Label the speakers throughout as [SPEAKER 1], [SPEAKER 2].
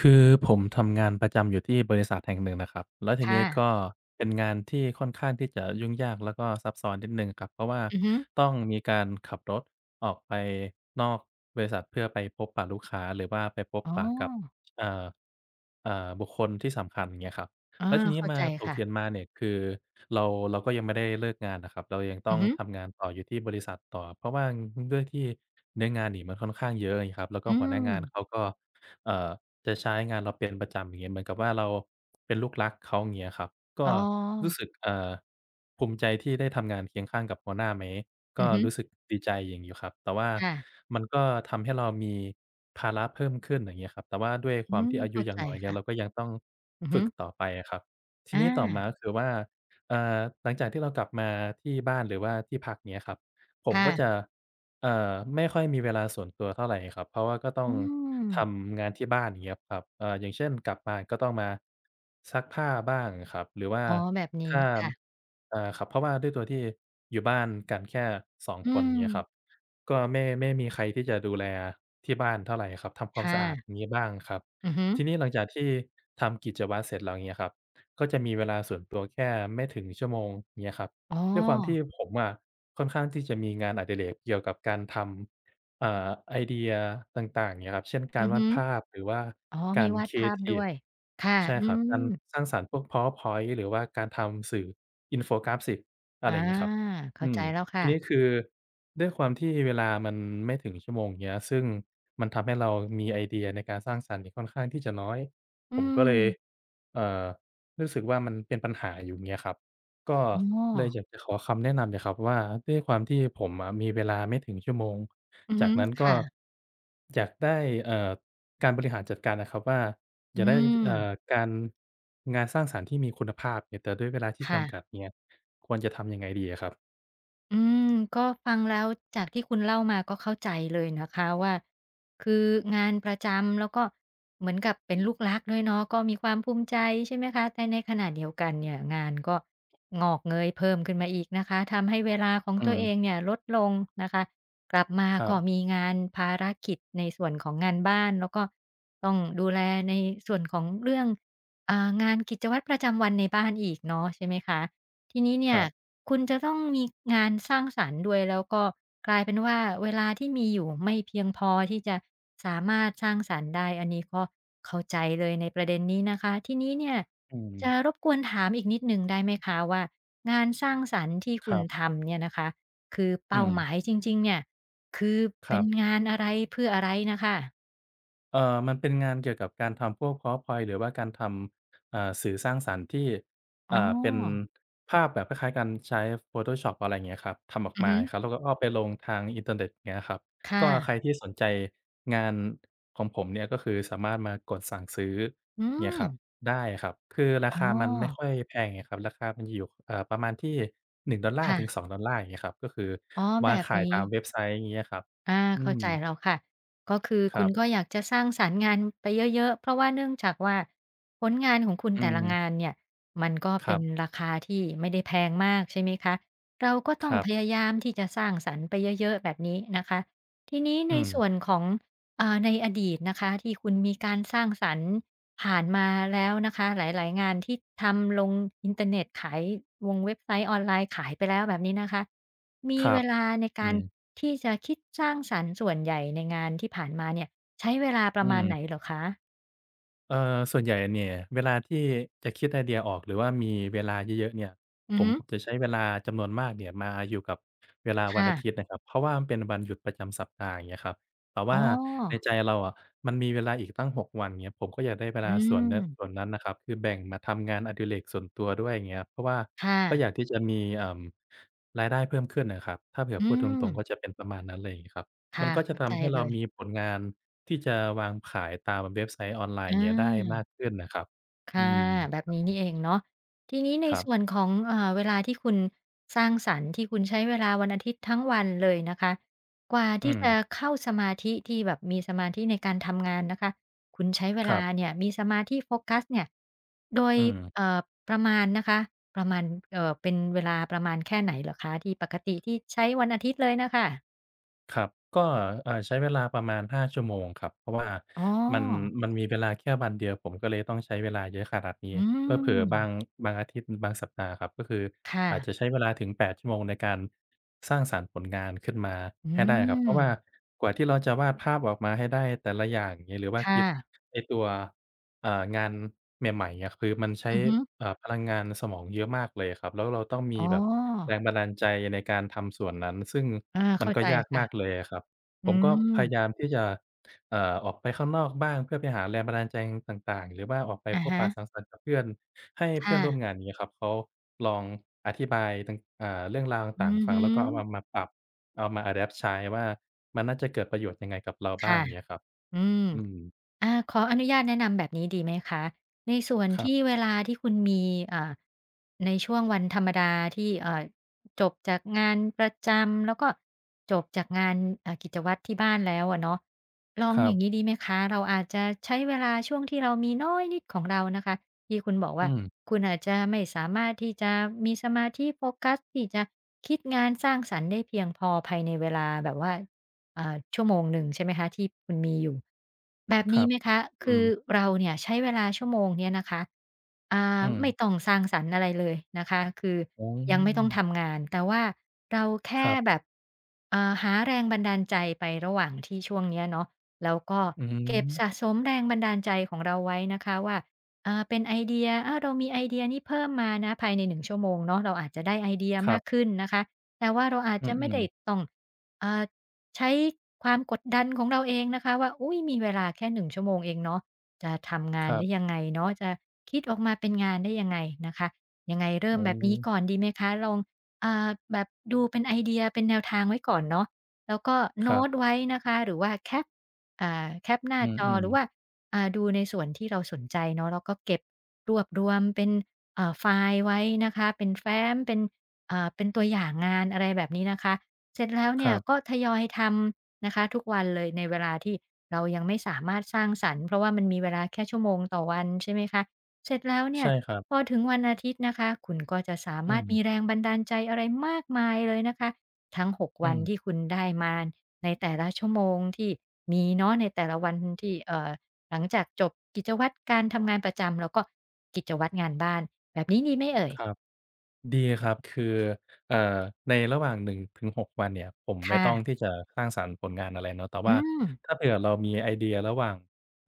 [SPEAKER 1] คือผมทำงานประจำอยู่ที่บริษัทแห่งหนึ่งนะครับแล้วที
[SPEAKER 2] ค่ะ
[SPEAKER 1] นี้ก็เป็นงานที่ค่อนข้างที่จะยุ่งยากแล้วก็ซับซ้อนนิดหนึ่งครับเพราะว่า
[SPEAKER 2] อือฮึ
[SPEAKER 1] ต้องมีการขับรถออกไปนอกบริษัทเพื่อไปพบปะลูกค้าหรือว่าไปพบ
[SPEAKER 2] อ๋อ
[SPEAKER 1] ปะกับเอ่อบุคคลที่สำคัญอย่างเงี้ยครับ
[SPEAKER 2] อา
[SPEAKER 1] แล้วทีนี้
[SPEAKER 2] เข้า
[SPEAKER 1] มา
[SPEAKER 2] ใจ
[SPEAKER 1] ตก
[SPEAKER 2] ค่ะ
[SPEAKER 1] เย็นมาเนี่ยคือเราเราก็ยังไม่ได้เลิกงานน่ะครับเรายัง
[SPEAKER 2] อื
[SPEAKER 1] ต้อ
[SPEAKER 2] อ
[SPEAKER 1] ง
[SPEAKER 2] ฮึ
[SPEAKER 1] ทำงานต่ออยู่ที่บริษัทต่อเพราะว่าด้วยที่เนื้องานนี่มันค่อนข้างเยอะอย่างงี้ครับแล้วก็
[SPEAKER 2] อื
[SPEAKER 1] หัวหน้า
[SPEAKER 2] ม
[SPEAKER 1] งานเขาก็เอ่อ จะใช้งานเราเป็นประจำอย่างเงี้ยเหมือนกับว่าเราเป็นลูกรักเขาอย่างเงี้ยครับ
[SPEAKER 2] อ๋
[SPEAKER 1] ก็
[SPEAKER 2] อ
[SPEAKER 1] รู้สึกภูมิใจที่ได้ทำงานเคียงข้างกับหัวหน้าไหม
[SPEAKER 2] อื
[SPEAKER 1] ก็
[SPEAKER 2] อฮึ
[SPEAKER 1] รู้สึกดีใจอย่างอยู่ครับแต่ว่า
[SPEAKER 2] ค่ะ
[SPEAKER 1] มันก็ทำให้เรามีภาระเพิ่มขึ้นอย่างเงี้ยครับแต่ว่าด้วย
[SPEAKER 2] อื
[SPEAKER 1] ความ
[SPEAKER 2] ม
[SPEAKER 1] ที่อายุ
[SPEAKER 2] เข้า
[SPEAKER 1] ยั
[SPEAKER 2] ใจ
[SPEAKER 1] งน้อยเนี่ย
[SPEAKER 2] ค่ะ
[SPEAKER 1] เราก็ยังต้อง
[SPEAKER 2] อือฮึ
[SPEAKER 1] ฝึกต่อไปอะครับทีนี้ต่อ
[SPEAKER 2] อา
[SPEAKER 1] มาก็คือว่าเอ่อหลังจากที่เรากลับมาที่บ้านหรือว่าที่พักเงี้ยครับผมก็จะ
[SPEAKER 2] ค่ะ
[SPEAKER 1] ไม่ค่อยมีเวลาส่วนตัวเท่าไรครับเพราะว่าก็ต้อ
[SPEAKER 2] อื
[SPEAKER 1] ง
[SPEAKER 2] ม
[SPEAKER 1] ทำงานที่บ้านอย่างเงี้ยครับอย่างเช่นกลับมาก็ต้องมาซักผ้าบ้างครับหรือว่า
[SPEAKER 2] อ๋อแบบนี้
[SPEAKER 1] ถ้า
[SPEAKER 2] ค่ะ
[SPEAKER 1] อ่าครับเพราะว่าด้วยตัวที่อยู่บ้านกันแค่2
[SPEAKER 2] อื
[SPEAKER 1] คน
[SPEAKER 2] ม
[SPEAKER 1] อย่างเงี้ยครับก็ไม่มีใครที่จะดูแลที่บ้านเท่าไรครับทำค
[SPEAKER 2] ค
[SPEAKER 1] วามสะอาด
[SPEAKER 2] ่ะ
[SPEAKER 1] นี้บ้างครับ
[SPEAKER 2] อือฮึ
[SPEAKER 1] ทีนี้หลังจากที่ทำกิจวัตรเสร็จแล้วเงี้ยครับก็จะมีเวลาส่วนตัวแค่ไม่ถึงชั่วโมงเงี้ยครับ
[SPEAKER 2] อ๋อ
[SPEAKER 1] ด้วยความที่ผมอะค่อนข้างที่จะมีงานอดิเรกเกี่ยวกับการทำเอ่าไอเดียต่างๆเงี้ยครับเช่นกา
[SPEAKER 2] อื
[SPEAKER 1] ร
[SPEAKER 2] อ
[SPEAKER 1] วาด
[SPEAKER 2] ฮึ
[SPEAKER 1] ภาพหรือว่า
[SPEAKER 2] อ๋อ
[SPEAKER 1] กา
[SPEAKER 2] มี
[SPEAKER 1] ร
[SPEAKER 2] วาด
[SPEAKER 1] ครีเอ
[SPEAKER 2] ภาพ
[SPEAKER 1] ทิ
[SPEAKER 2] ด้
[SPEAKER 1] ฟ
[SPEAKER 2] วยค่ะ
[SPEAKER 1] ใช่
[SPEAKER 2] อื
[SPEAKER 1] ครับการ
[SPEAKER 2] ม
[SPEAKER 1] สร้างสรรค์พวก PowerPoint หรือว่าการทำสื่ออินโฟกราฟิกอะ
[SPEAKER 2] อา
[SPEAKER 1] ไรอย่างงี้ครับ
[SPEAKER 2] เข้า
[SPEAKER 1] อื
[SPEAKER 2] ใจ
[SPEAKER 1] ม
[SPEAKER 2] แล้ว
[SPEAKER 1] ที
[SPEAKER 2] ค่ะ
[SPEAKER 1] นี้คือด้วยความที่เวลามันไม่ถึงชั่วโมงเงี้ยซึ่งมันทำให้เรามีไอเดียในการสร้างสรรค์เนี่ยค่อนข้างที่จะน้อย
[SPEAKER 2] อื
[SPEAKER 1] ผมก็
[SPEAKER 2] ม
[SPEAKER 1] เลยเอ่อรู้สึกว่ามันเป็นปัญหาอยู่เงี้ยครับ ก็
[SPEAKER 2] อ๋อ
[SPEAKER 1] เลยอยากจะขอคำแนะนำหน่อยครับว่าด้วยความที่ผมอะมีเวลาไม่ถึงชั่วโมง
[SPEAKER 2] อือ
[SPEAKER 1] จา
[SPEAKER 2] ฮึ
[SPEAKER 1] กนั้นก็
[SPEAKER 2] ค่ะ
[SPEAKER 1] อยากได้เอ่อการบริหารจัดการอะครับว่าอ
[SPEAKER 2] อื
[SPEAKER 1] ยากได้
[SPEAKER 2] ม
[SPEAKER 1] เอ่อการงานสร้างสรรค์ที่มีคุณภาพเนี่ยแต่ด้วยเวลาที่
[SPEAKER 2] ค่ะ
[SPEAKER 1] จำกัดเงี้ยควรจะทำยังไงดีอะครับ
[SPEAKER 2] อืมก็ฟังแล้วจากที่คุณเล่ามาก็เข้าใจเลยนะคะว่าคืองานประจำแล้วก็เหมือนกับเป็นลูกรักด้วยเนาะก็มีความภูมิใจใช่ไหมคะแต่ในขณะเดียวกันเนี่ยงานก็งอกเงยเพิ่มขึ้นมาอีกนะคะทำให้เวลาของ
[SPEAKER 1] อื
[SPEAKER 2] ตัว
[SPEAKER 1] ม
[SPEAKER 2] เองเนี่ยลดลงนะคะกลับมา
[SPEAKER 1] คร
[SPEAKER 2] ก็มีงานภารกิจในส่วนของงานบ้านแล้วก็ต้องดูแลในส่วนของเรื่องงานกิจวัตรประจำวันในบ้านอีกเนาะใช่ไหมคะ ทีนี้เนี่ย
[SPEAKER 1] ับๆ
[SPEAKER 2] คุณจะต้องมีงานสร้างสรรค์ด้วยแล้วก็กลายเป็นว่าเวลาที่มีอยู่ไม่เพียงพอที่จะสามารถสร้างสรรค์ได้อันนี้ก็เข้าใจเลยในประเด็นนี้นะคะทีนี้เนี่ย
[SPEAKER 1] อืม
[SPEAKER 2] จะรบกวนถามอีกนิดหนึ่งได้ไหมคะว่างานสร้างสรรค์ที่
[SPEAKER 1] ค
[SPEAKER 2] คุณ
[SPEAKER 1] รับ
[SPEAKER 2] ทำเนี่ยนะคะคือ
[SPEAKER 1] อื
[SPEAKER 2] เป้า
[SPEAKER 1] ม
[SPEAKER 2] หมายจริงๆเนี่ยคือ
[SPEAKER 1] ค
[SPEAKER 2] เป็
[SPEAKER 1] รั
[SPEAKER 2] น
[SPEAKER 1] บ
[SPEAKER 2] งานอะไรเพื่ออะไรน่ะค่ะ
[SPEAKER 1] เอ่อมันเป็นงานเกี่ยวกับการทำพวก PowerPoint หรือว่าการทำอ่าสื่อสร้างสรรค์ที่
[SPEAKER 2] อ๋อ
[SPEAKER 1] อ่าเป็นภาพแบบคล้ายๆกันใช้ Photoshop อะไรอย่างเงี้ยครับทำออก
[SPEAKER 2] อือ
[SPEAKER 1] มา
[SPEAKER 2] ฮึ
[SPEAKER 1] ครับแล้วก็เอาไปลงทางอินเทอร์เน็ตเงี้ยครับ
[SPEAKER 2] ค
[SPEAKER 1] ก็ใคร
[SPEAKER 2] ่ะ
[SPEAKER 1] ที่สนใจงานของผมเนี่ยก็คือสามารถมากดสั่งซื้อ
[SPEAKER 2] อื
[SPEAKER 1] เงี้ย
[SPEAKER 2] ม
[SPEAKER 1] ครับได้ครับคือรา
[SPEAKER 2] อ๋อ
[SPEAKER 1] คามันไม่ค่อยแพงไงครับราคามันจะอยู่ประมาณที่ $1 ถึง
[SPEAKER 2] ค่ะ
[SPEAKER 1] $2 องดอลลาร์อย่างเงี้ยครับก็คือ
[SPEAKER 2] อ๋อแบ
[SPEAKER 1] วาง
[SPEAKER 2] บ
[SPEAKER 1] ขาย
[SPEAKER 2] นี้
[SPEAKER 1] ตามเว็บไซต์อย่างเงี้ยครับ
[SPEAKER 2] อา
[SPEAKER 1] อื
[SPEAKER 2] เข้า
[SPEAKER 1] ม
[SPEAKER 2] ใจแล้วค่ะก็คือ
[SPEAKER 1] ค
[SPEAKER 2] คุ
[SPEAKER 1] รั
[SPEAKER 2] ณก็
[SPEAKER 1] บ
[SPEAKER 2] อยากจะสร้างสรรค์งานไปเยอะๆเพราะว่าเนื่องจากว่าผลงานของคุณ
[SPEAKER 1] อื
[SPEAKER 2] แต่ละงาน
[SPEAKER 1] ม
[SPEAKER 2] เนี่ยมันก็
[SPEAKER 1] ค
[SPEAKER 2] เป็
[SPEAKER 1] รั
[SPEAKER 2] น
[SPEAKER 1] บ
[SPEAKER 2] ราคาที่ไม่ได้แพงมากใช่ไหมคะเราก็ต้
[SPEAKER 1] ค
[SPEAKER 2] อง
[SPEAKER 1] รั
[SPEAKER 2] พ
[SPEAKER 1] บ
[SPEAKER 2] ยายามที่จะสร้างสรรค์ไปเยอะๆแบบนี้นะคะทีนี้
[SPEAKER 1] อื
[SPEAKER 2] ในส่วน
[SPEAKER 1] ม
[SPEAKER 2] ของ ในอดีตนะคะที่คุณมีการสร้างสรรค์ผ่านมาแล้วนะคะหลายๆงานที่ทำลงอินเทอร์เน็ตขายวงเว็บไซต์ออนไลน์ขายไปแล้วแบบนี้นะคะมี
[SPEAKER 1] ครั
[SPEAKER 2] เว
[SPEAKER 1] บ
[SPEAKER 2] ลาใน
[SPEAKER 1] อื
[SPEAKER 2] การ
[SPEAKER 1] ม
[SPEAKER 2] ที่จะคิดสร้างสรรค์ส่วนใหญ่ในงานที่ผ่านมาเนี่ยใช้เวลาป
[SPEAKER 1] อื
[SPEAKER 2] ระมาณไหนเห
[SPEAKER 1] ม
[SPEAKER 2] รอคะ
[SPEAKER 1] เอ่อส่วนใหญ่เนี่ยเวลาที่จะคิดไอเดียออกหรือว่ามีเวลาเยอะๆเนี่ย
[SPEAKER 2] อื
[SPEAKER 1] ผ
[SPEAKER 2] อ
[SPEAKER 1] ม
[SPEAKER 2] ฮึ
[SPEAKER 1] จะใช้เวลาจำนวนมากเนี่ยมาอยู่กับเวลา
[SPEAKER 2] ค
[SPEAKER 1] วันอาทิตย์
[SPEAKER 2] ่ะ
[SPEAKER 1] นะครับเพราะว่ามันเป็นวันหยุดประจำสัปดาห์อย่างเงี้ยครับแต่
[SPEAKER 2] อ๋
[SPEAKER 1] ว่า
[SPEAKER 2] อ
[SPEAKER 1] ในใจเราอะมันมีเวลาอีกตั้ง6 วันอย่างเงี้ยผมก็อยากได้เว
[SPEAKER 2] อื
[SPEAKER 1] ลาส่วนเนี้ยส่วน
[SPEAKER 2] ม
[SPEAKER 1] นั้นน่ะครับคือแบ่งมาทำงานอดิเรกส่วนตัวด้วยอย่างเงี้ยเพราะว่า
[SPEAKER 2] ค่ะ
[SPEAKER 1] ก็อยากที่จะมีรายได้เพิ่มขึ้นน่ะครับถ้าเผื่อ
[SPEAKER 2] อื
[SPEAKER 1] พูดต
[SPEAKER 2] ม
[SPEAKER 1] รงๆก็จะเป็นประมาณนั้นไรงี้ครับมั
[SPEAKER 2] ค่ะ
[SPEAKER 1] นก็จะ
[SPEAKER 2] เข้าใจ
[SPEAKER 1] ทำให้
[SPEAKER 2] เล
[SPEAKER 1] เรา
[SPEAKER 2] ย
[SPEAKER 1] มีผลงาน ที่จะวางขายตามเว็บไซต์ออนไลน์
[SPEAKER 2] อ
[SPEAKER 1] เงี้ยได้
[SPEAKER 2] า
[SPEAKER 1] มากขึ้นนะครับอื
[SPEAKER 2] ค่ะ
[SPEAKER 1] ม
[SPEAKER 2] แบบนี้นี่เองเนาะทีนี้ใน
[SPEAKER 1] ครั
[SPEAKER 2] ส่วน
[SPEAKER 1] บ
[SPEAKER 2] ของเวลาที่คุณสร้างสรรค์ที่คุณใช้เวลาวันอาทิตย์ทั้งวันเลยนะคะกว่า
[SPEAKER 1] อื
[SPEAKER 2] ที่
[SPEAKER 1] ม
[SPEAKER 2] จะเข้าสมาธิที่แบบมีสมาธิในการทำงานนะคะคุณใช้เว
[SPEAKER 1] ค
[SPEAKER 2] ลา
[SPEAKER 1] รับ
[SPEAKER 2] เนี่ยมีสมาธิโฟกัสเนี่ยโดย
[SPEAKER 1] อืม
[SPEAKER 2] เอ่อประมาณนะคะประมาณเป็นเวลาประมาณแค่ไหนเหรอคะที่ปกติที่ใช้วันอาทิตย์เลยน่ะค่ะ
[SPEAKER 1] ครับก็ใช้เวลาประมาณ5 ชั่วโมงครับเพราะว่า
[SPEAKER 2] อ๋อ
[SPEAKER 1] มันมันมีเวลาแค่วันเดียวผมก็เลยต้องใช้เวลาเยอะขนาดนี้
[SPEAKER 2] อื
[SPEAKER 1] เผลอๆบาง
[SPEAKER 2] ม
[SPEAKER 1] บางอาทิตย์บางสัปดาห์ครับก็คือ
[SPEAKER 2] ค่ะ
[SPEAKER 1] อาจจะใช้เวลาถึง8 ชั่วโมงในการสร้างสรรค์ผลงานขึ้นมา
[SPEAKER 2] อื
[SPEAKER 1] ให้ได้ครับเพราะว่า
[SPEAKER 2] ม
[SPEAKER 1] กว่าที่เราจะวาดภาพออกมาให้ได้แต่ละอย่างอย่างงี้หรือว่า
[SPEAKER 2] ค่ะ
[SPEAKER 1] คิดไอ้ตัว งานใหม่ๆอะคือมันใช้
[SPEAKER 2] อือฮึ
[SPEAKER 1] พลังงานสมองเยอะมากเลยครับแล้วเราต้อง
[SPEAKER 2] อ๋
[SPEAKER 1] มี
[SPEAKER 2] อ
[SPEAKER 1] แบบแรงบันดาลใจในการทำส่วนนั้นซึ่ง
[SPEAKER 2] อา
[SPEAKER 1] มัน
[SPEAKER 2] เข้า
[SPEAKER 1] ก็
[SPEAKER 2] ใจ
[SPEAKER 1] ยากมาก
[SPEAKER 2] ค่ะ
[SPEAKER 1] เลยอะครับ
[SPEAKER 2] อื
[SPEAKER 1] ผมก็พยายาม
[SPEAKER 2] ม
[SPEAKER 1] ที่จะเอ่อออกไปข้างนอกบ้างเพื่อไปหาแรงบันดาลใจต่างๆหรือว่าออกไป
[SPEAKER 2] อะ
[SPEAKER 1] พบ
[SPEAKER 2] ฮะ
[SPEAKER 1] ปะสังสรรค์กับเพื่อนให้เพื่อ
[SPEAKER 2] ค่ะ
[SPEAKER 1] นร่วมงานอย่างเงี้ยครับเขาลองอธิบายตังเรื่องราว
[SPEAKER 2] อื
[SPEAKER 1] ต่าง
[SPEAKER 2] อ
[SPEAKER 1] ๆฟัง
[SPEAKER 2] ฮึ
[SPEAKER 1] แล้วก็เอามามาปรับเอามาอะแดปต์ใช้ว่ามันน่าจะเกิดประโยชน์ยังไงกับเราบ้าง
[SPEAKER 2] ค่ะ
[SPEAKER 1] อย่างเงี้ยครับ
[SPEAKER 2] อืม
[SPEAKER 1] อืม
[SPEAKER 2] อาขออนุญาตแนะนำแบบนี้ดีไหมคะในส่วน
[SPEAKER 1] ครั
[SPEAKER 2] ที่
[SPEAKER 1] บ
[SPEAKER 2] เวลาที่คุณมีอ่าในช่วงวันธรรมดาที่จบจากงานประจำแล้วก็จบจากงานกิจวัตรที่บ้านแล้วอะเนาะลอง
[SPEAKER 1] ครั
[SPEAKER 2] อย่างงี้ดี
[SPEAKER 1] บ
[SPEAKER 2] ไหมคะเราอาจจะใช้เวลาช่วงที่เรามีน้อยนิดของเรานะคะที่คุณบอกว่า
[SPEAKER 1] อืม
[SPEAKER 2] คุณอาจจะไม่สามารถที่จะมีสมาธิโฟกัสที่จะคิดงานสร้างสรรค์ได้เพียงพอภายในเวลาแบบว่า ชั่วโมงหนึ่งใช่ไหมคะที่คุณมีอยู่แบบ
[SPEAKER 1] ค
[SPEAKER 2] นี้
[SPEAKER 1] รับ
[SPEAKER 2] ไหมคะ
[SPEAKER 1] อื
[SPEAKER 2] คือ
[SPEAKER 1] ม
[SPEAKER 2] เราเนี่ยใช้เวลาชั่วโมงเนี้ยนะคะ
[SPEAKER 1] อืม
[SPEAKER 2] ไม่ต้องสร้างสรรค์อะไรเลยนะคะคือ
[SPEAKER 1] อ๋
[SPEAKER 2] ยังไม่ต้อง
[SPEAKER 1] อ
[SPEAKER 2] ทำงานแต่ว่าเรา
[SPEAKER 1] ค
[SPEAKER 2] แค่
[SPEAKER 1] รั
[SPEAKER 2] แบ
[SPEAKER 1] บ
[SPEAKER 2] บหาแรงบันดาลใจไประหว่างที่ช่วงเนี้ยเนาะแล้วก็
[SPEAKER 1] อื
[SPEAKER 2] เก็บสะส
[SPEAKER 1] ม
[SPEAKER 2] มแรงบันดาลใจของเราไว้นะคะว่าเป็นไอเดียอ้าวเรามีไอเดียนี้เพิ่มมานะภายในหนึ่งชั่วโมงเนาะเราอาจจะได้ไอเดีย
[SPEAKER 1] ครั
[SPEAKER 2] มากขึ้
[SPEAKER 1] บ
[SPEAKER 2] นนะคะแต่ว่าเราอาจ
[SPEAKER 1] อื
[SPEAKER 2] จะไม่
[SPEAKER 1] ม
[SPEAKER 2] ได้
[SPEAKER 1] ๆ
[SPEAKER 2] ต้องอ่า ใช้ความกดดันของเราเองนะคะว่าอุ๊ยมีเวลาแค่หนึ่งชั่วโมงเองเนาะจะทำงา
[SPEAKER 1] ค
[SPEAKER 2] น
[SPEAKER 1] รั
[SPEAKER 2] ได้ยั
[SPEAKER 1] บ
[SPEAKER 2] งไงเนาะจะคิดออกมาเป็นงานได้ยังไงนะคะยังไงเริ่ม
[SPEAKER 1] อ๋อ
[SPEAKER 2] แบบนี้ก่อนดีไหมคะลองแบบดูเป็นไอเดียเป็นแนวทางไว้ก่อนเนาะแล้วก็
[SPEAKER 1] ค
[SPEAKER 2] โน้
[SPEAKER 1] รั
[SPEAKER 2] ต
[SPEAKER 1] บ
[SPEAKER 2] ไว้นะคะหรือว่าแคปแคปหน้า
[SPEAKER 1] อื
[SPEAKER 2] จอห
[SPEAKER 1] ม
[SPEAKER 2] รือว่า
[SPEAKER 1] ๆ
[SPEAKER 2] ดูในส่วนที่เราสนใจเนาะแล้วก็เก็บรวบรวมเป็นไฟล์ไว้นะคะเป็นแฟ้มเป็นเป็นตัวอย่างงานอะไรแบบนี้นะคะ เสร็จแล้ว
[SPEAKER 1] ค
[SPEAKER 2] เนี่ย
[SPEAKER 1] รั
[SPEAKER 2] ก็
[SPEAKER 1] บ
[SPEAKER 2] ทยอยทำนะคะทุกวันเลยในเวลาที่เรายังไม่สามารถสร้างสรรค์เพราะว่ามันมีเวลาแค่ชั่วโมงต่อวันใช่ไหมคะเสร็จแล้วเนี่ย
[SPEAKER 1] ใช่ครับ
[SPEAKER 2] พอถึงวันอาทิตย์นะคะคุณก็จะสา
[SPEAKER 1] อื
[SPEAKER 2] มารถมีแร
[SPEAKER 1] ม
[SPEAKER 2] งบันดาลใจอะไรมากมายเลยนะคะทั้งหก
[SPEAKER 1] อื
[SPEAKER 2] วันที่
[SPEAKER 1] ม
[SPEAKER 2] คุณได้มาในแต่ละชั่วโมงที่มีเนาะในแต่ละวันที่หลังจากจบกิจวัตรการทำงานประจำแล้วก็กิจวัตรงานบ้านแบบนี้ดีไหมเอ่
[SPEAKER 1] ค
[SPEAKER 2] ย
[SPEAKER 1] รับ ดีครับคือเอ่อในระหว่าง1-6วันเนี่ยผมไม่ต้อง
[SPEAKER 2] ค่ะ
[SPEAKER 1] ที่จะสร้างสรรค์ผลงานอะไรเนาะแต่
[SPEAKER 2] อื
[SPEAKER 1] ว่า
[SPEAKER 2] ม
[SPEAKER 1] ถ้าเผื่อเรามีไอเดียระหว่าง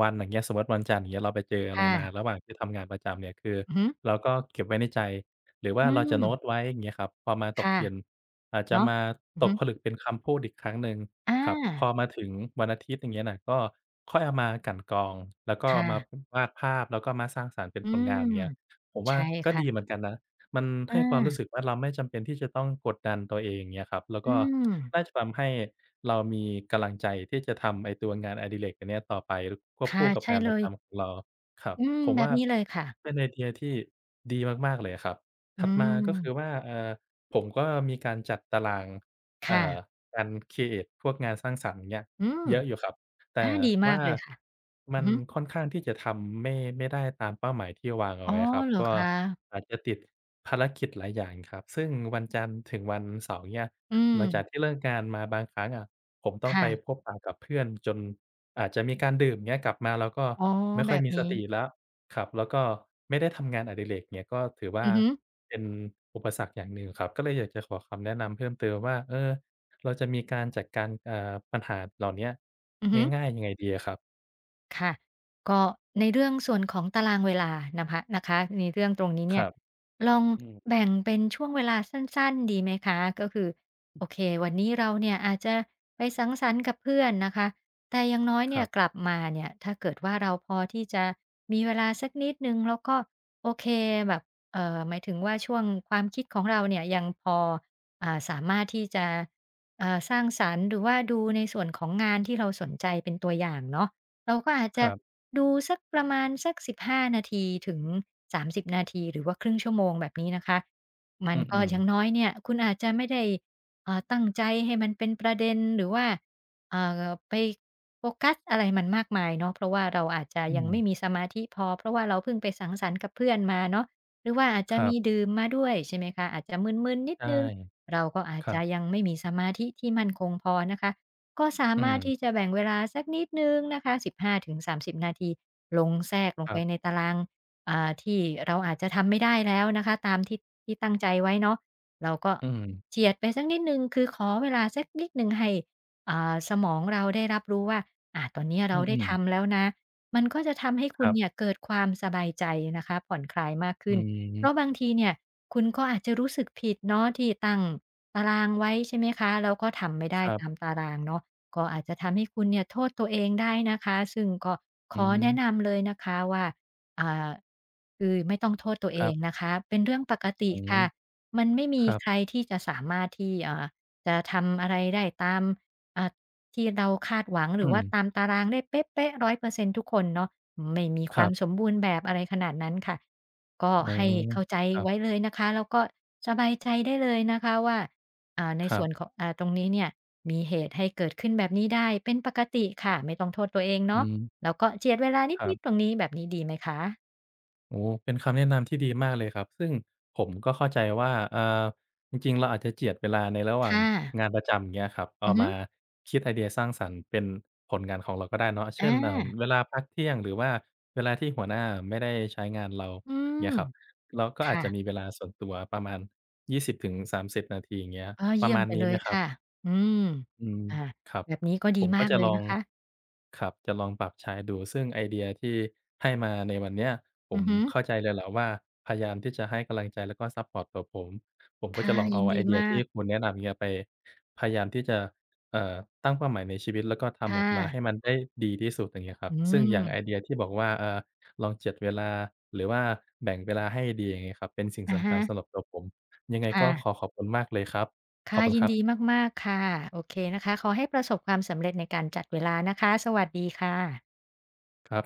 [SPEAKER 1] วันอย่างเงี้ยสมมุติวันจันทร์อย่างเงี้ยเราไปเจออะไร
[SPEAKER 2] ค่ะ
[SPEAKER 1] มาระหว่างที่ทำงานประจำเนี่ยคือ
[SPEAKER 2] อือฮึ
[SPEAKER 1] เราก็เก็บไว้ในใจหรือ
[SPEAKER 2] อื
[SPEAKER 1] ว่าเราจะโน้ต
[SPEAKER 2] ม
[SPEAKER 1] ไว้อย่างเงี้ยครับพอมาตก
[SPEAKER 2] ค่ะ
[SPEAKER 1] เย็นอาจจะ
[SPEAKER 2] เนาะ
[SPEAKER 1] มา
[SPEAKER 2] อือ
[SPEAKER 1] ต
[SPEAKER 2] ฮึ
[SPEAKER 1] กผลึกเป็นคำพูดอีกครั้งหนึ่ง
[SPEAKER 2] อา
[SPEAKER 1] ครับพอมาถึงวันอาทิตย์อย่างเงี้ยน่ะก็ค่อยเอามากลั่นกรองแล้วก็เอามา
[SPEAKER 2] ค่ะ
[SPEAKER 1] วาดภาพแล้วก็มาสร้างสรรค์เป็น
[SPEAKER 2] อื
[SPEAKER 1] ผลงา
[SPEAKER 2] ม
[SPEAKER 1] นอย่างเงี้ยผมว่า
[SPEAKER 2] ใช่
[SPEAKER 1] ก็ดีเห
[SPEAKER 2] ค่ะ
[SPEAKER 1] มือนกันนะ มัน
[SPEAKER 2] อา
[SPEAKER 1] ให้ความรู้สึกว่าเราไม่จำเป็นที่จะต้องกดดันตัวเองเงี้ยครับแล้ว
[SPEAKER 2] อื
[SPEAKER 1] ก็
[SPEAKER 2] ม
[SPEAKER 1] น่าจะทำให้เรามีกำลังใจที่จะทำไอ้ตัวงานอดิเรกอันเนี้ยต่อไปรควบ
[SPEAKER 2] ค่ะ
[SPEAKER 1] คู่กับ
[SPEAKER 2] ใช่
[SPEAKER 1] งาน
[SPEAKER 2] เล
[SPEAKER 1] ประ
[SPEAKER 2] ย
[SPEAKER 1] จำของเราครับ
[SPEAKER 2] อืม
[SPEAKER 1] ผม
[SPEAKER 2] แบบ
[SPEAKER 1] ว่า
[SPEAKER 2] นี้เลยค่ะ
[SPEAKER 1] เป็นไอเดียที่ดีมากๆเลยอะครับ
[SPEAKER 2] อื
[SPEAKER 1] ถัดมาก็คือ
[SPEAKER 2] ม
[SPEAKER 1] ว่าผมก็มีการจัดตารางเอ่อ
[SPEAKER 2] ค่ะ
[SPEAKER 1] การครีเอตพวกงานสร้างสรรค์เงี้ย
[SPEAKER 2] อืม
[SPEAKER 1] เยอะอยู่ครับ แต่
[SPEAKER 2] อาดีมา
[SPEAKER 1] ว่า
[SPEAKER 2] กเลยค่ะอื
[SPEAKER 1] มั
[SPEAKER 2] อ
[SPEAKER 1] น
[SPEAKER 2] ฮึ
[SPEAKER 1] ค่อนข้างที่จะทำไม่ได้ตามเป้าหมายที่วาง
[SPEAKER 2] อ๋
[SPEAKER 1] เอา
[SPEAKER 2] อ
[SPEAKER 1] ไว้ครับ
[SPEAKER 2] เหรอ
[SPEAKER 1] ก็
[SPEAKER 2] คะ
[SPEAKER 1] อาจจะติดภารกิจหลายอย่างครับซึ่งวันจันทร์ถึงวันเสาร์เนี่ย
[SPEAKER 2] อืม
[SPEAKER 1] หลังจากที่เลิกงานมาบางครั้งอะผมต้องไปพ
[SPEAKER 2] ค่ะ
[SPEAKER 1] บปะกับเพื่อนจนอาจจะมีการดื่มเงี้ยกลับมาแล้วก็
[SPEAKER 2] อ๋อ
[SPEAKER 1] ไม่
[SPEAKER 2] แบ
[SPEAKER 1] ค่อย
[SPEAKER 2] บ
[SPEAKER 1] มีส
[SPEAKER 2] นี้
[SPEAKER 1] ติแล้วครับแล้วก็ไม่ได้ทำงานอดิเรกเนี่ยก็ถือว่า
[SPEAKER 2] อือฮึ
[SPEAKER 1] เป็นอุปสรรคอย่างหนึ่งครับก็เลยอยากจะขอคำแนะนำเพิ่มเติมว่าเออ เราจะมีการจัดการปัญหาเหล่าเนี้ย
[SPEAKER 2] อือฮึ
[SPEAKER 1] ง่ายๆยังไงดีอะครับ
[SPEAKER 2] ค่ะก็ในเรื่องส่วนของตารางเวลานะคะนะคะในเรื่องตรงนี้
[SPEAKER 1] ค
[SPEAKER 2] เนี่ย
[SPEAKER 1] รับ
[SPEAKER 2] ลอง
[SPEAKER 1] อืม
[SPEAKER 2] แบ่งเป็นช่วงเวลาสั้นๆดีไหมคะก็คือโอเควันนี้เราเนี่ยอาจจะไปสังสรรค์กับเพื่อนนะคะแต่อย่างน้อย
[SPEAKER 1] ค
[SPEAKER 2] เนี่ย
[SPEAKER 1] รั
[SPEAKER 2] กลั
[SPEAKER 1] บ
[SPEAKER 2] บมาเนี่ยถ้าเกิดว่าเราพอที่จะมีเวลาสักนิดหนึ่งแล้วก็โอเคแบบหมายถึงว่าช่วงความคิดของเราเนี่ยยังพอสามารถที่จะสร้างสรรค์หรือว่าดูในส่วนของงานที่เราสนใจเป็นตัวอย่างเนาะ เราก็อาจจะ
[SPEAKER 1] ๆ
[SPEAKER 2] ดูสักประมาณสัก15นาทีถึง30นาทีหรือว่าครึ่งชั่วโมงแบบนี้นะคะมัน
[SPEAKER 1] อื
[SPEAKER 2] ก็
[SPEAKER 1] ม
[SPEAKER 2] อย่างน้
[SPEAKER 1] ๆ
[SPEAKER 2] อยเนี่ยคุณอาจจะไม่ได้ตั้งใจให้มันเป็นประเด็นหรือว่าไปโฟกัสอะไรมันมากมายเนาะเพราะว่าเราอาจจะ
[SPEAKER 1] อื
[SPEAKER 2] ยัง
[SPEAKER 1] ม
[SPEAKER 2] ไม่มีสมาธิพอเพราะว่าเราเพิ่งไปสังสรรค์กับเพื่อนมาเนาะหรือว่าอาจจะ
[SPEAKER 1] ครั
[SPEAKER 2] มี
[SPEAKER 1] บ
[SPEAKER 2] ดื่มมาด้วยใช่ไหมคะอาจจะมึนๆนิด
[SPEAKER 1] ใช่
[SPEAKER 2] หนึ่งเราก็อา
[SPEAKER 1] ค
[SPEAKER 2] จ
[SPEAKER 1] รั
[SPEAKER 2] จะ
[SPEAKER 1] บ
[SPEAKER 2] ยังไม่มีสมาธิที่มั่นคงพอนะคะ ก็สา
[SPEAKER 1] อื
[SPEAKER 2] มารถที่จะ
[SPEAKER 1] ม
[SPEAKER 2] แบ่งเวลาสักนิดหนึ่งนะคะ15-30นาทีลงแทรกลง
[SPEAKER 1] ค
[SPEAKER 2] ไป
[SPEAKER 1] รั
[SPEAKER 2] ใน
[SPEAKER 1] บ
[SPEAKER 2] ตารางที่เราอาจจะทำไม่ได้แล้วนะคะตามที่ตั้งใจไว้เนาะเราก็
[SPEAKER 1] อืม
[SPEAKER 2] เจียดไปสักนิดหนึ่งคือขอเวลาสักนิดหนึ่งให้สมองเราได้รับรู้ว่าอาตอนเนี้ย
[SPEAKER 1] อื
[SPEAKER 2] เราได้
[SPEAKER 1] มๆ
[SPEAKER 2] ทำแล้วนะมันก็จะทำให้
[SPEAKER 1] ค
[SPEAKER 2] คุณ
[SPEAKER 1] รั
[SPEAKER 2] เนี่ย
[SPEAKER 1] บ
[SPEAKER 2] เกิดความสบายใจนะคะผ่อนคลายมาก
[SPEAKER 1] อื
[SPEAKER 2] ขึ้นเพราะ
[SPEAKER 1] ม
[SPEAKER 2] บางทีเนี่ยคุณก็อาจจะรู้สึกผิดเนาะที่ตั้งตารางไว้ใช่ไหมคะแล้วก็ทำไม่
[SPEAKER 1] ค
[SPEAKER 2] ได้
[SPEAKER 1] รั
[SPEAKER 2] ตาม
[SPEAKER 1] บ
[SPEAKER 2] ตารางเนาะ ก็อาจจะทำให้คุณเนี่ยโทษตัวเองได้นะคะซึ่งก็ข
[SPEAKER 1] อื
[SPEAKER 2] อ
[SPEAKER 1] อฮึ
[SPEAKER 2] แนะนำเลยนะคะว่าอ่าคือไม่ต้องโทษตัว
[SPEAKER 1] ค
[SPEAKER 2] เอ
[SPEAKER 1] รั
[SPEAKER 2] ง
[SPEAKER 1] บ
[SPEAKER 2] นะคะเป็นเรื่องปกติ
[SPEAKER 1] อื
[SPEAKER 2] ค่ะ
[SPEAKER 1] ม
[SPEAKER 2] มันไม่มี
[SPEAKER 1] ครั
[SPEAKER 2] ใคร
[SPEAKER 1] บ
[SPEAKER 2] ที่จะสามารถที่เอ่าจะทำอะไรได้ตามอ่าที่เราคาดหวังหรื
[SPEAKER 1] อื
[SPEAKER 2] อ
[SPEAKER 1] ม
[SPEAKER 2] ว่าตามตารางได้เป๊ะๆ100%ทุกคนเนาะไม่มีค
[SPEAKER 1] ค
[SPEAKER 2] วา
[SPEAKER 1] รั
[SPEAKER 2] มส
[SPEAKER 1] บ
[SPEAKER 2] มบูรณ์แบบอะไรขนาดนั้นค่ะก็
[SPEAKER 1] อ๋อ
[SPEAKER 2] ให้เข้าใจ
[SPEAKER 1] ครั
[SPEAKER 2] ไว้
[SPEAKER 1] บ
[SPEAKER 2] เลยนะคะแล้วก็สบายใจได้เลยนะคะว่า ใน
[SPEAKER 1] ครั
[SPEAKER 2] ส่วนข
[SPEAKER 1] บ
[SPEAKER 2] องตรงนี้เนี่ยมีเหตุให้เกิดขึ้นแบบนี้ได้เป็นปกติค่ะไม่ต้องโทษตัวเอง
[SPEAKER 1] อือ
[SPEAKER 2] เนาะแล้วก็เจียดเวลา
[SPEAKER 1] ครั
[SPEAKER 2] นิดๆต
[SPEAKER 1] บ
[SPEAKER 2] รงนี้แบบนี้ดีไหมคะ
[SPEAKER 1] โอ้เป็นคำแนะนำที่ดีมากเลยครับ ซึ่งผมก็เข้าใจว่าจริงๆ เราอาจจะเจียดเวลาในระหว่าง
[SPEAKER 2] ค่ะ
[SPEAKER 1] งานประจำอย่างเงี้ยครับ
[SPEAKER 2] อื
[SPEAKER 1] เอา
[SPEAKER 2] อฮึ
[SPEAKER 1] มาคิดไอเดียสร้างสรรค์เป็นผลงานของเราก็ได้เนาะเช่
[SPEAKER 2] อา
[SPEAKER 1] นเวลาพักเที่ยงหรือว่าเวลาที่หัวหน้าไม่ได้ใช้งานเรา
[SPEAKER 2] อืม
[SPEAKER 1] เงี้ยครับเราก็อาจ
[SPEAKER 2] ค่ะ
[SPEAKER 1] จะมีเวลาส่วนตัวประมาณ20-30นาทีอย่างเงี้ย
[SPEAKER 2] ก็
[SPEAKER 1] ป
[SPEAKER 2] เยี่
[SPEAKER 1] ระ
[SPEAKER 2] ยม
[SPEAKER 1] มาณ
[SPEAKER 2] ไป
[SPEAKER 1] นี้
[SPEAKER 2] เล
[SPEAKER 1] ไห
[SPEAKER 2] ย
[SPEAKER 1] มครั
[SPEAKER 2] ค่ะ
[SPEAKER 1] บ
[SPEAKER 2] อืม
[SPEAKER 1] อืม
[SPEAKER 2] อ่า
[SPEAKER 1] ครับ
[SPEAKER 2] แบบนี้ก็ดี
[SPEAKER 1] ผม
[SPEAKER 2] มา
[SPEAKER 1] ก็
[SPEAKER 2] ก
[SPEAKER 1] จะ
[SPEAKER 2] เลย
[SPEAKER 1] ลอ
[SPEAKER 2] นะ
[SPEAKER 1] ง
[SPEAKER 2] คะ
[SPEAKER 1] ครับจะลองปรับใช้ดูซึ่งไอเดียที่ให้มาในวันเนี้ยผ
[SPEAKER 2] อื
[SPEAKER 1] ม
[SPEAKER 2] อฮึ
[SPEAKER 1] เข้าใจเลยแหละว่าพยายามที่จะให้กำลังใจแล้วก็ซัปพอร์ตตัวผมผมก็จะ
[SPEAKER 2] ค่ะ
[SPEAKER 1] ลอง
[SPEAKER 2] ยิ
[SPEAKER 1] เอา
[SPEAKER 2] น
[SPEAKER 1] ไอ
[SPEAKER 2] ดี
[SPEAKER 1] เดีย
[SPEAKER 2] มา
[SPEAKER 1] ที่
[SPEAKER 2] ก
[SPEAKER 1] คุณแนะนำเนี่ยไปพยายามที่จะเอ่อตั้งเป้าหมายในชีวิตแล้วก็
[SPEAKER 2] ค่
[SPEAKER 1] ทำออกมาให้
[SPEAKER 2] ะ
[SPEAKER 1] มันได้ดีที่สุดอย่างเงี้ยครั
[SPEAKER 2] อื
[SPEAKER 1] บซึ่งอย่างไอ
[SPEAKER 2] ม
[SPEAKER 1] เดียที่บอกว่าลองจัดเวลาหรือว่าแบ่งเวลาให้ดีอย่างงี้ครับเป็นสิ่ง
[SPEAKER 2] อา
[SPEAKER 1] สำคั
[SPEAKER 2] ฮะ
[SPEAKER 1] ญสำหรับตัวผมยังไง
[SPEAKER 2] ค่ะ
[SPEAKER 1] ก็ขอขอบคุณมากเลยครับขอ
[SPEAKER 2] ค่ะ
[SPEAKER 1] บคุณ
[SPEAKER 2] ยิ
[SPEAKER 1] ค
[SPEAKER 2] น
[SPEAKER 1] รับ
[SPEAKER 2] ดีมากๆค่ะโอเคนะคะขอให้ประสบความสำเร็จในการจัดเวลานะคะสวัสดีค่ะ
[SPEAKER 1] ครับ